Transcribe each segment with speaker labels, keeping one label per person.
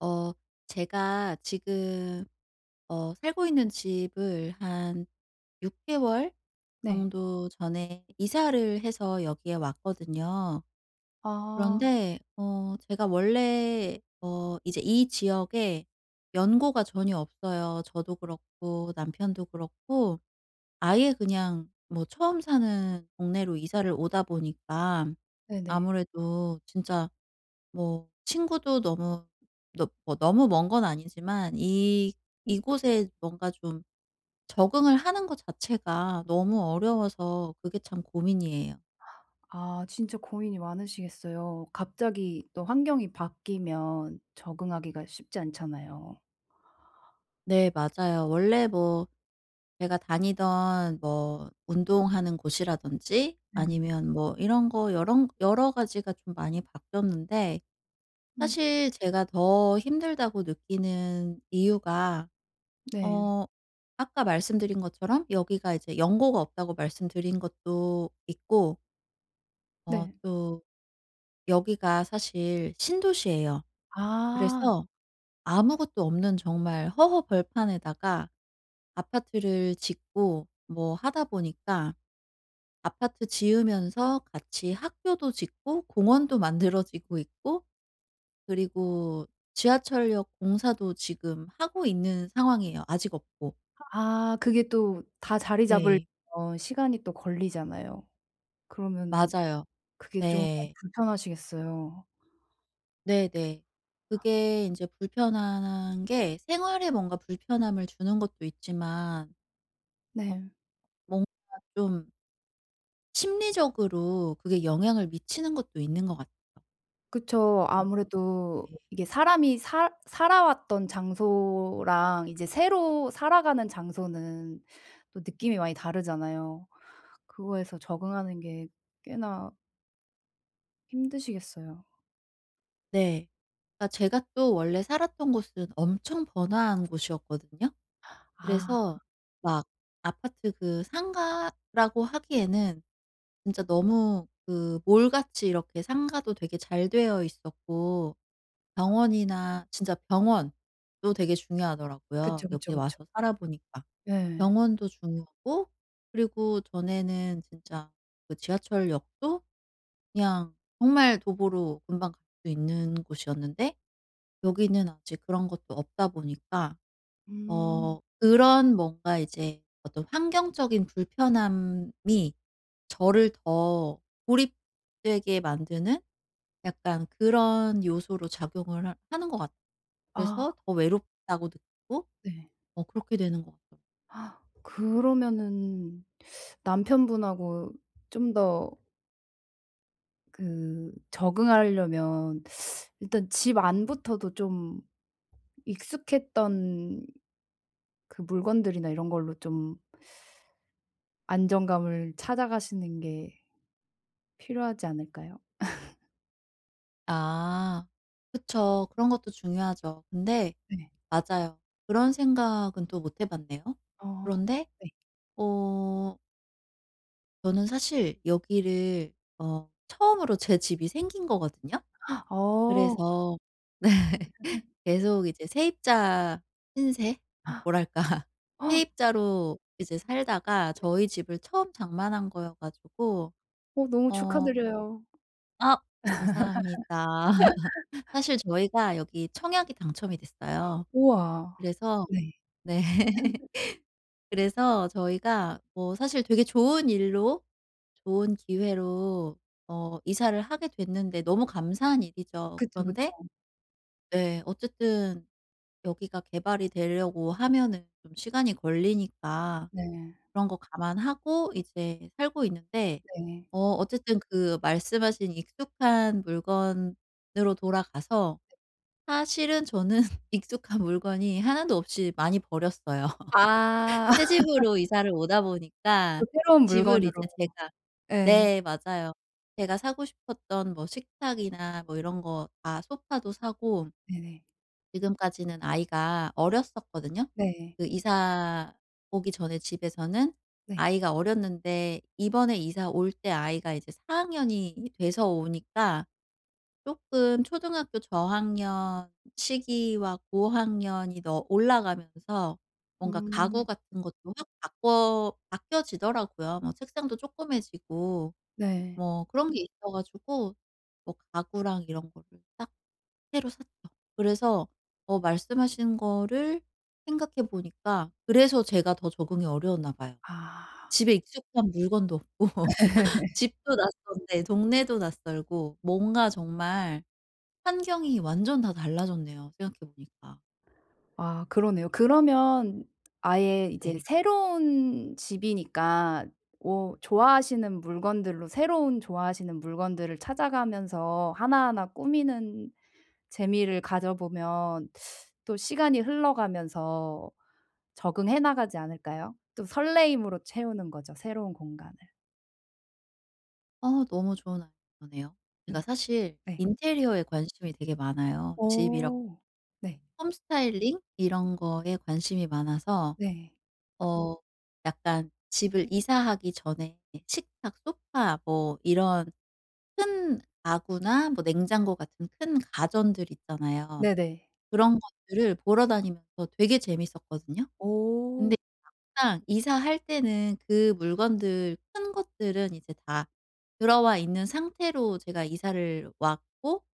Speaker 1: 어 제가 지금 살고 있는 집을 한 6개월 개월
Speaker 2: 네.
Speaker 1: 정도 전에 이사를 해서 여기에 왔거든요.
Speaker 2: 아
Speaker 1: 그런데 제가 원래 이제 이 지역에 연고가 전혀 없어요. 저도 그렇고 남편도 그렇고 아예 그냥 뭐 처음 사는 동네로 이사를 오다 보니까
Speaker 2: 네네.
Speaker 1: 아무래도 진짜 뭐 친구도 너무 너 뭐 너무 먼 건 아니지만 이 이곳에 뭔가 좀 적응을 하는 것 자체가 너무 어려워서 그게 참 고민이에요.
Speaker 2: 아 진짜 고민이 많으시겠어요. 갑자기 또 환경이 바뀌면 적응하기가 쉽지 않잖아요.
Speaker 1: 네, 맞아요. 원래 뭐 제가 다니던 뭐 운동하는 곳이라든지
Speaker 2: 음.
Speaker 1: 아니면 뭐 이런 거 여러 가지가 좀 많이 바뀌었는데
Speaker 2: 음
Speaker 1: 사실 제가 더 힘들다고 느끼는 이유가
Speaker 2: 네.
Speaker 1: 어 아까 말씀드린 것처럼 여기가 이제 연고가 없다고 말씀드린 것도 있고
Speaker 2: 네.
Speaker 1: 또 여기가 사실 신도시예요.
Speaker 2: 아.
Speaker 1: 그래서 아무것도 없는 정말 허허벌판에다가 아파트를 짓고 뭐 하다 보니까 아파트 지으면서 같이 학교도 짓고 공원도 만들어지고 있고 그리고 지하철역 공사도 지금 하고 있는 상황이에요, 아직 없고.
Speaker 2: 아 그게 또 다 자리 잡으려면
Speaker 1: 네.
Speaker 2: 시간이 또 걸리잖아요. 그러면은
Speaker 1: 맞아요.
Speaker 2: 그게 좀 많이
Speaker 1: 네.
Speaker 2: 불편하시겠어요.
Speaker 1: 네네. 그게 인제 불편한 게 생활에 뭔가 불편함을 주는 것도 있지만 어
Speaker 2: 네.
Speaker 1: 뭔가 좀 심리적으로 그게 영향을 미치는 것도 있는 것 같아요.
Speaker 2: 그쵸.
Speaker 1: 어.
Speaker 2: 아무래도
Speaker 1: 네.
Speaker 2: 이게 사람이 살 살아왔던 장소랑 이제 새로 살아가는 장소는 또 느낌이 많이 다르잖아요. 그거에서 적응하는 게 꽤나 힘드시겠어요.
Speaker 1: 네. 그러니까 제가 또 원래 살았던 곳은 엄청 번화한 곳이었거든요.
Speaker 2: 아
Speaker 1: 그래서 막 아파트 그 상가라고 하기에는 진짜 너무 그 몰같이 이렇게 상가도 되게 잘 되어 있었고, 병원이나, 진짜 병원도 되게 중요하더라고요,
Speaker 2: 그쵸,
Speaker 1: 여기
Speaker 2: 그쵸, 그쵸.
Speaker 1: 와서 살아보니까.
Speaker 2: 네.
Speaker 1: 병원도 중요하고 그리고 전에는 진짜 그 지하철역도 그냥 정말 도보로 금방 갈 수 있는 곳이었는데 여기는 아직 그런 것도 없다 보니까
Speaker 2: 음.
Speaker 1: 그런 뭔가 이제 어떤 환경적인 불편함이 저를 더 고립되게 만드는 약간 그런 요소로 작용을 하 하는 것 같아요.
Speaker 2: 아
Speaker 1: 그래서 더 외롭다고 느끼고
Speaker 2: 네.
Speaker 1: 그렇게 되는 것 같아요.
Speaker 2: 아, 그러면은 남편분하고 좀 더 그 적응하려면 일단 집 안부터도 좀 익숙했던 그 물건들이나 이런 걸로 좀 안정감을 찾아가시는 게 필요하지 않을까요?
Speaker 1: 아. 그쵸. 그런 것도 중요하죠. 근데
Speaker 2: 네.
Speaker 1: 맞아요. 그런 생각은 또 못해 봤네요.
Speaker 2: 어.
Speaker 1: 그런데
Speaker 2: 네.
Speaker 1: 어 저는 사실 여기를 처음으로 제 집이 생긴 거거든요.
Speaker 2: 어.
Speaker 1: 그래서 네. 계속 이제 세입자 신세? 뭐랄까. 세입자로 이제 살다가 저희 집을 처음 장만한 거여 가지고
Speaker 2: 어 너무
Speaker 1: 어
Speaker 2: 축하드려요.
Speaker 1: 아, 감사합니다. 사실 저희가 여기 청약이 당첨이 됐어요.
Speaker 2: 우와.
Speaker 1: 그래서
Speaker 2: 네.
Speaker 1: 네. 그래서 저희가 뭐 사실 되게 좋은 일로, 좋은 기회로 이사를 하게 됐는데 너무 감사한 일이죠.
Speaker 2: 그쵸, 그쵸.
Speaker 1: 그런데 네. 어쨌든 여기가 개발이 되려고 하면은 좀 시간이 걸리니까
Speaker 2: 네.
Speaker 1: 그런 거 감안하고 이제 살고 있는데
Speaker 2: 네.
Speaker 1: 어쨌든 그 말씀하신 익숙한 물건으로 돌아가서 사실은 저는 익숙한 물건이 하나도 없이 많이 버렸어요.
Speaker 2: 아.
Speaker 1: 새 집으로 이사를 오다
Speaker 2: 그
Speaker 1: 보니까
Speaker 2: 새로운
Speaker 1: 집을 이제
Speaker 2: 물건으로.
Speaker 1: 제가,
Speaker 2: 예.
Speaker 1: 네, 맞아요. 제가 사고 싶었던 뭐 식탁이나 뭐 이런 거 다, 소파도 사고.
Speaker 2: 네네.
Speaker 1: 지금까지는 아이가 어렸었거든요.
Speaker 2: 네.
Speaker 1: 그 이사 오기 전에 집에서는
Speaker 2: 네.
Speaker 1: 아이가 어렸는데 이번에 이사 올 때 아이가 이제 4학년 학년이 돼서 오니까 쪼끔 초등학교 저학년 시기와 고학년이 더 올라가면서 뭔가 가구
Speaker 2: 음.
Speaker 1: 같은 것도 확 바꿔 바뀌어지더라고요. 뭐 책상도 쪼끄매지고
Speaker 2: 네.
Speaker 1: 뭐 그런 게 있어 가지고 뭐 가구랑 이런 거를 딱 새로 샀죠. 그래서 말씀하신 거를 생각해 보니까, 그래서 제가 더 적응이 어려웠나 봐요.
Speaker 2: 아.
Speaker 1: 집에 익숙한 물건도 없고 집도 낯선데 동네도 낯설고 뭔가 정말 환경이 완전 다 달라졌네요, 생각해 보니까.
Speaker 2: 아 그러네요. 그러면 아예 이제
Speaker 1: 네.
Speaker 2: 새로운 집이니까 오 좋아하시는 물건들로 새로운 좋아하시는 물건들을 찾아가면서 하나하나 꾸미는 재미를 가져보면 또 시간이 흘러가면서 적응해 나가지 않을까요? 또 설레임으로 채우는 거죠, 새로운 공간을.
Speaker 1: 너무 좋은 아이디어네요. 제가
Speaker 2: 음
Speaker 1: 사실
Speaker 2: 네.
Speaker 1: 인테리어에 관심이 되게 많아요. 집이랑
Speaker 2: 오. 네.
Speaker 1: 홈 스타일링 이런 거에 관심이 많아서
Speaker 2: 네.
Speaker 1: 어 약간 집을 이사하기 전에 식탁, 소파 뭐 이런 큰 가구나 뭐 냉장고 같은 큰 가전들 있잖아요.
Speaker 2: 네네.
Speaker 1: 그런 것들을 보러 다니면서 되게 재밌었거든요.
Speaker 2: 오.
Speaker 1: 근데 항상 이사할 때는 그 물건들 큰 것들은 이제 다 들어와 있는 상태로 제가 이사를 왔고,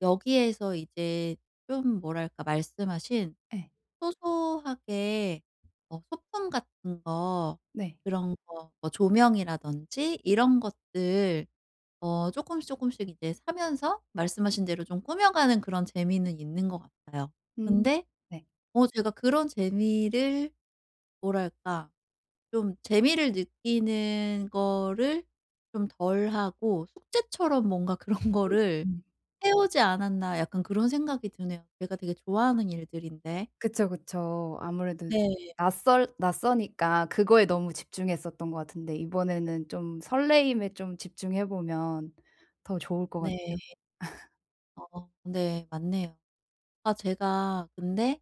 Speaker 1: 여기에서 이제 좀, 뭐랄까, 말씀하신
Speaker 2: 네.
Speaker 1: 소소하게 소품 같은 거,
Speaker 2: 네.
Speaker 1: 그런 거 뭐 조명이라든지 이런 것들 쪼끔씩 쪼끔씩 이제 사면서 말씀하신 대로 좀 꾸며가는 그런 재미는 있는 것 같아요.
Speaker 2: 음.
Speaker 1: 근데
Speaker 2: 네.
Speaker 1: 제가 그런 재미를, 뭐랄까, 좀 재미를 느끼는 거를 좀 덜 하고 숙제처럼 뭔가 그런 거를
Speaker 2: 음.
Speaker 1: 해오지 않았나 약간 그런 생각이 드네요. 제가 되게 좋아하는 일들인데.
Speaker 2: 그쵸, 그쵸. 아무래도
Speaker 1: 네.
Speaker 2: 낯설 낯서니까 그거에 너무 집중했었던 것 같은데 이번에는 좀 설레임에 좀 집중해 보면 더 좋을 것 같
Speaker 1: 네. 네, 맞네요. 아, 제가 근데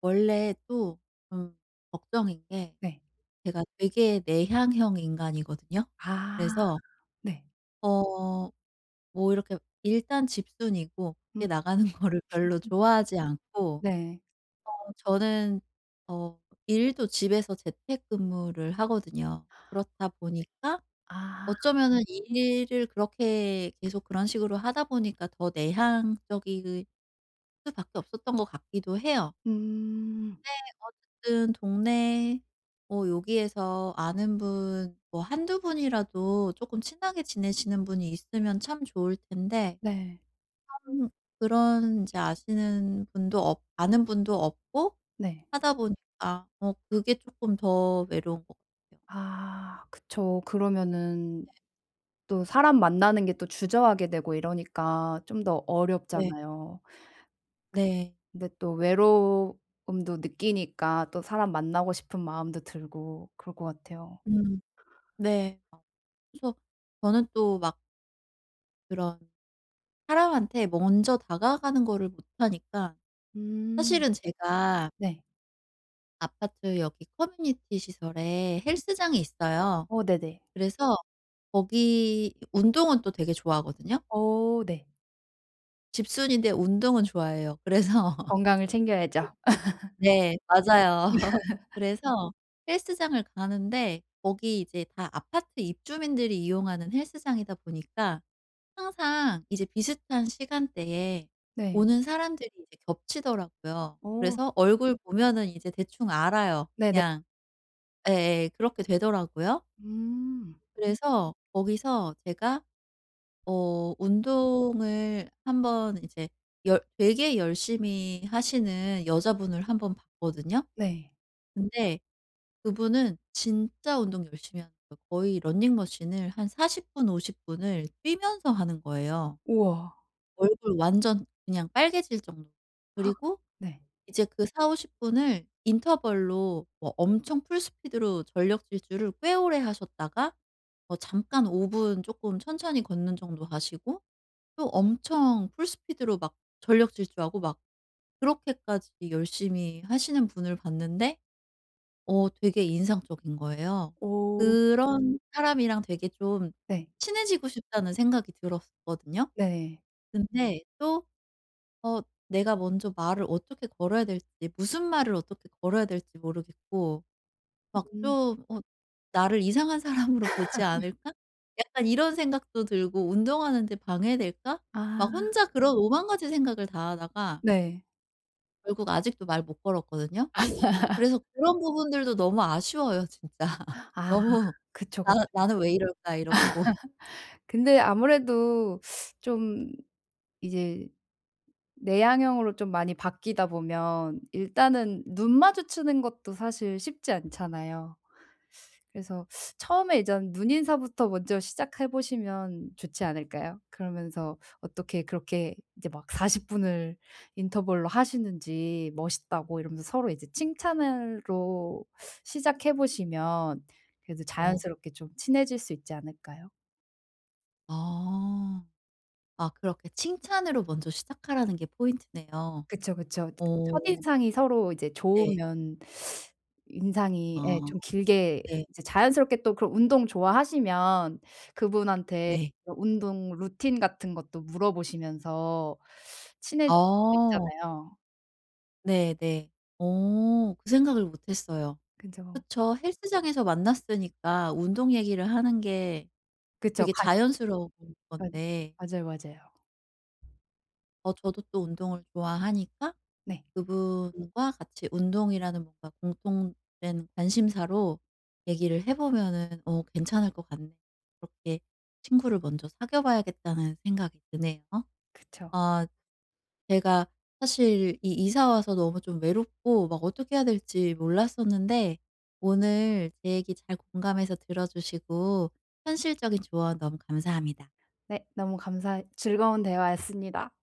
Speaker 1: 원래 또 좀 걱정인 게,
Speaker 2: 네.
Speaker 1: 제가 되게 내향형 인간이거든요.
Speaker 2: 아
Speaker 1: 그래서
Speaker 2: 네.
Speaker 1: 어 뭐 이렇게 일단 집순이고 밖에
Speaker 2: 음
Speaker 1: 나가는 거를 별로 좋아하지 않고
Speaker 2: 네.
Speaker 1: 저는 어 일도 집에서 재택근무를 하거든요. 그렇다 보니까
Speaker 2: 아
Speaker 1: 어쩌면은 일을 그렇게 계속 그런 식으로 하다 보니까 더 내향적일 수밖에 없었던 것 같기도 해요.
Speaker 2: 음
Speaker 1: 어쨌든 동네 뭐 여기에서 아는 분 뭐 한두 분이라도 쪼끔 친하게 지내시는 분이 있으면 참 좋을 텐데
Speaker 2: 네.
Speaker 1: 참 그런 인제 아시는 분도 없 아는 분도 없고
Speaker 2: 네.
Speaker 1: 하다 보니까 그게 쪼끔 더 외로운 것 같아요.
Speaker 2: 아 그쵸. 그러면은 또 사람 만나는 게 또 주저하게 되고 이러니까 좀 더
Speaker 1: 네.
Speaker 2: 어렵잖아요.
Speaker 1: 네.
Speaker 2: 근데 또 외로움도 느끼니까 또 사람 만나고 싶은 마음도 들고 그럴 것 같아요.
Speaker 1: 음. 네. 그래서 저는 또 막 그런 사람한테 먼저 다가가는 거를 못 하니까,
Speaker 2: 음.
Speaker 1: 사실은 제가
Speaker 2: 네.
Speaker 1: 아파트 여기 커뮤니티 시설에 헬스장이 있어요.
Speaker 2: 어 네네.
Speaker 1: 그래서 거기 운동은 또 되게 좋아하거든요.
Speaker 2: 어 네.
Speaker 1: 집순이인데 운동은 좋아해요. 그래서
Speaker 2: 건강을 챙겨야죠.
Speaker 1: 네, 맞아요. 그래서 헬스장을 가는데 거기 이제 다 아파트 입주민들이 이용하는 헬스장이다 보니까 항상 이제 비슷한 시간대에
Speaker 2: 네.
Speaker 1: 오는 사람들이 이제 겹치더라고요.
Speaker 2: 어.
Speaker 1: 그래서 얼굴 보면은 이제 대충 알아요,
Speaker 2: 네네.
Speaker 1: 그냥. 예예. 그렇게 되더라고요.
Speaker 2: 음.
Speaker 1: 그래서 거기서 제가 운동을 한번, 이제 열 되게 열심히 하시는 여자분을 한번 봤거든요.
Speaker 2: 네.
Speaker 1: 근데 그분은 진짜 운동 열심히 하는 거예요. 거의 러닝머신을 한 40분, 50분 분을 뛰면서 하는 거예요.
Speaker 2: 우와.
Speaker 1: 얼굴 완전 그냥 빨개질 정도로. 그리고
Speaker 2: 네.
Speaker 1: 이제 그4 5 0 분을 인터벌로 뭐 엄청 풀스피드로 전력 질주를 꽤 오래 하셨다가 뭐 잠깐 5분 분 쪼끔 천천히 걷는 정도 하시고 또 엄청 풀스피드로 막 전력 질주하고 막 그렇게까지 열심히 하시는 분을 봤는데 되게 인상적인 거예요.
Speaker 2: 오,
Speaker 1: 그런 사람이랑 되게 좀
Speaker 2: 네.
Speaker 1: 친해지고 싶다는 생각이 들었거든요.
Speaker 2: 네.
Speaker 1: 근데 또 어 '내가 먼저 말을 어떻게 걸어야 될지, 무슨 말을 어떻게 걸어야 될지 모르겠고' 막
Speaker 2: 음.
Speaker 1: 좀 나를 이상한 사람으로 보지 않을까?' 약간 이런 생각도 들고 '운동하는 데 방해될까?' 막
Speaker 2: 아.
Speaker 1: 혼자 그런 오만 가지 생각을 다 하다가
Speaker 2: 네.
Speaker 1: 결국 아직도 말 못 걸었거든요. 그래서 그런 부분들도 너무 아쉬워요, 진짜.
Speaker 2: 아
Speaker 1: 너무
Speaker 2: 그쵸,
Speaker 1: '나
Speaker 2: 그쵸.
Speaker 1: 나는 왜 이럴까?' 이렇고.
Speaker 2: 근데 아무래도 좀 이제 내향형으로 좀 많이 바뀌다 보면 일단은 눈 마주치는 것도 사실 쉽지 않잖아요. 그래서 처음에 이제 눈 인사부터 먼저 시작해 보시면 좋지 않을까요? 그러면서 어떻게 그렇게 이제 막 40 분을 인터벌로 하시는지 멋있다고 이러면서 서로 이제 칭찬으로 시작해 보시면 그래도
Speaker 1: 어.
Speaker 2: 자연스럽게 좀 친해질 수 있지 않을까요?
Speaker 1: 아. 아, 그렇게 칭찬으로 먼저 시작하라는 게 포인트네요.
Speaker 2: 그쵸, 그쵸.
Speaker 1: 오.
Speaker 2: 첫인상이 서로 이제
Speaker 1: 네.
Speaker 2: 좋으면 인상이 예
Speaker 1: 아.
Speaker 2: 좀 길게
Speaker 1: 네.
Speaker 2: 이제 자연스럽게 또 그런 운동 좋아하시면 그분한테
Speaker 1: 네.
Speaker 2: 운동 루틴 같은 것도 물어보시면서 친해질 수
Speaker 1: 어.
Speaker 2: 있잖아요.
Speaker 1: 네네. 그 생각을 못 했어요.
Speaker 2: 그죠.
Speaker 1: 그쵸. 헬스장에서 만났으니까 운동 얘기를 하는 게
Speaker 2: 그쵸.
Speaker 1: 되게
Speaker 2: 관
Speaker 1: 자연스러운
Speaker 2: 관
Speaker 1: 건데
Speaker 2: 맞아요, 맞아요.
Speaker 1: 저도 또 운동을 좋아하니까
Speaker 2: 네.
Speaker 1: 그분과 같이 운동이라는 뭔가 공통된 관심사로 얘기를 해 보면은 괜찮을 것 같네요. 그렇게 친구를 먼저 사귀어 봐야겠다는 생각이 드네요.
Speaker 2: 그쵸.
Speaker 1: 아, 제가 사실 이 이사 와서 너무 좀 외롭고 막 어떻게 해야 될지 몰랐었는데 오늘 제 얘기 잘 공감해서 들어 주시고 현실적인 조언 너무 감사합니다.
Speaker 2: 네. 너무 감사 즐거운 대화였습니다.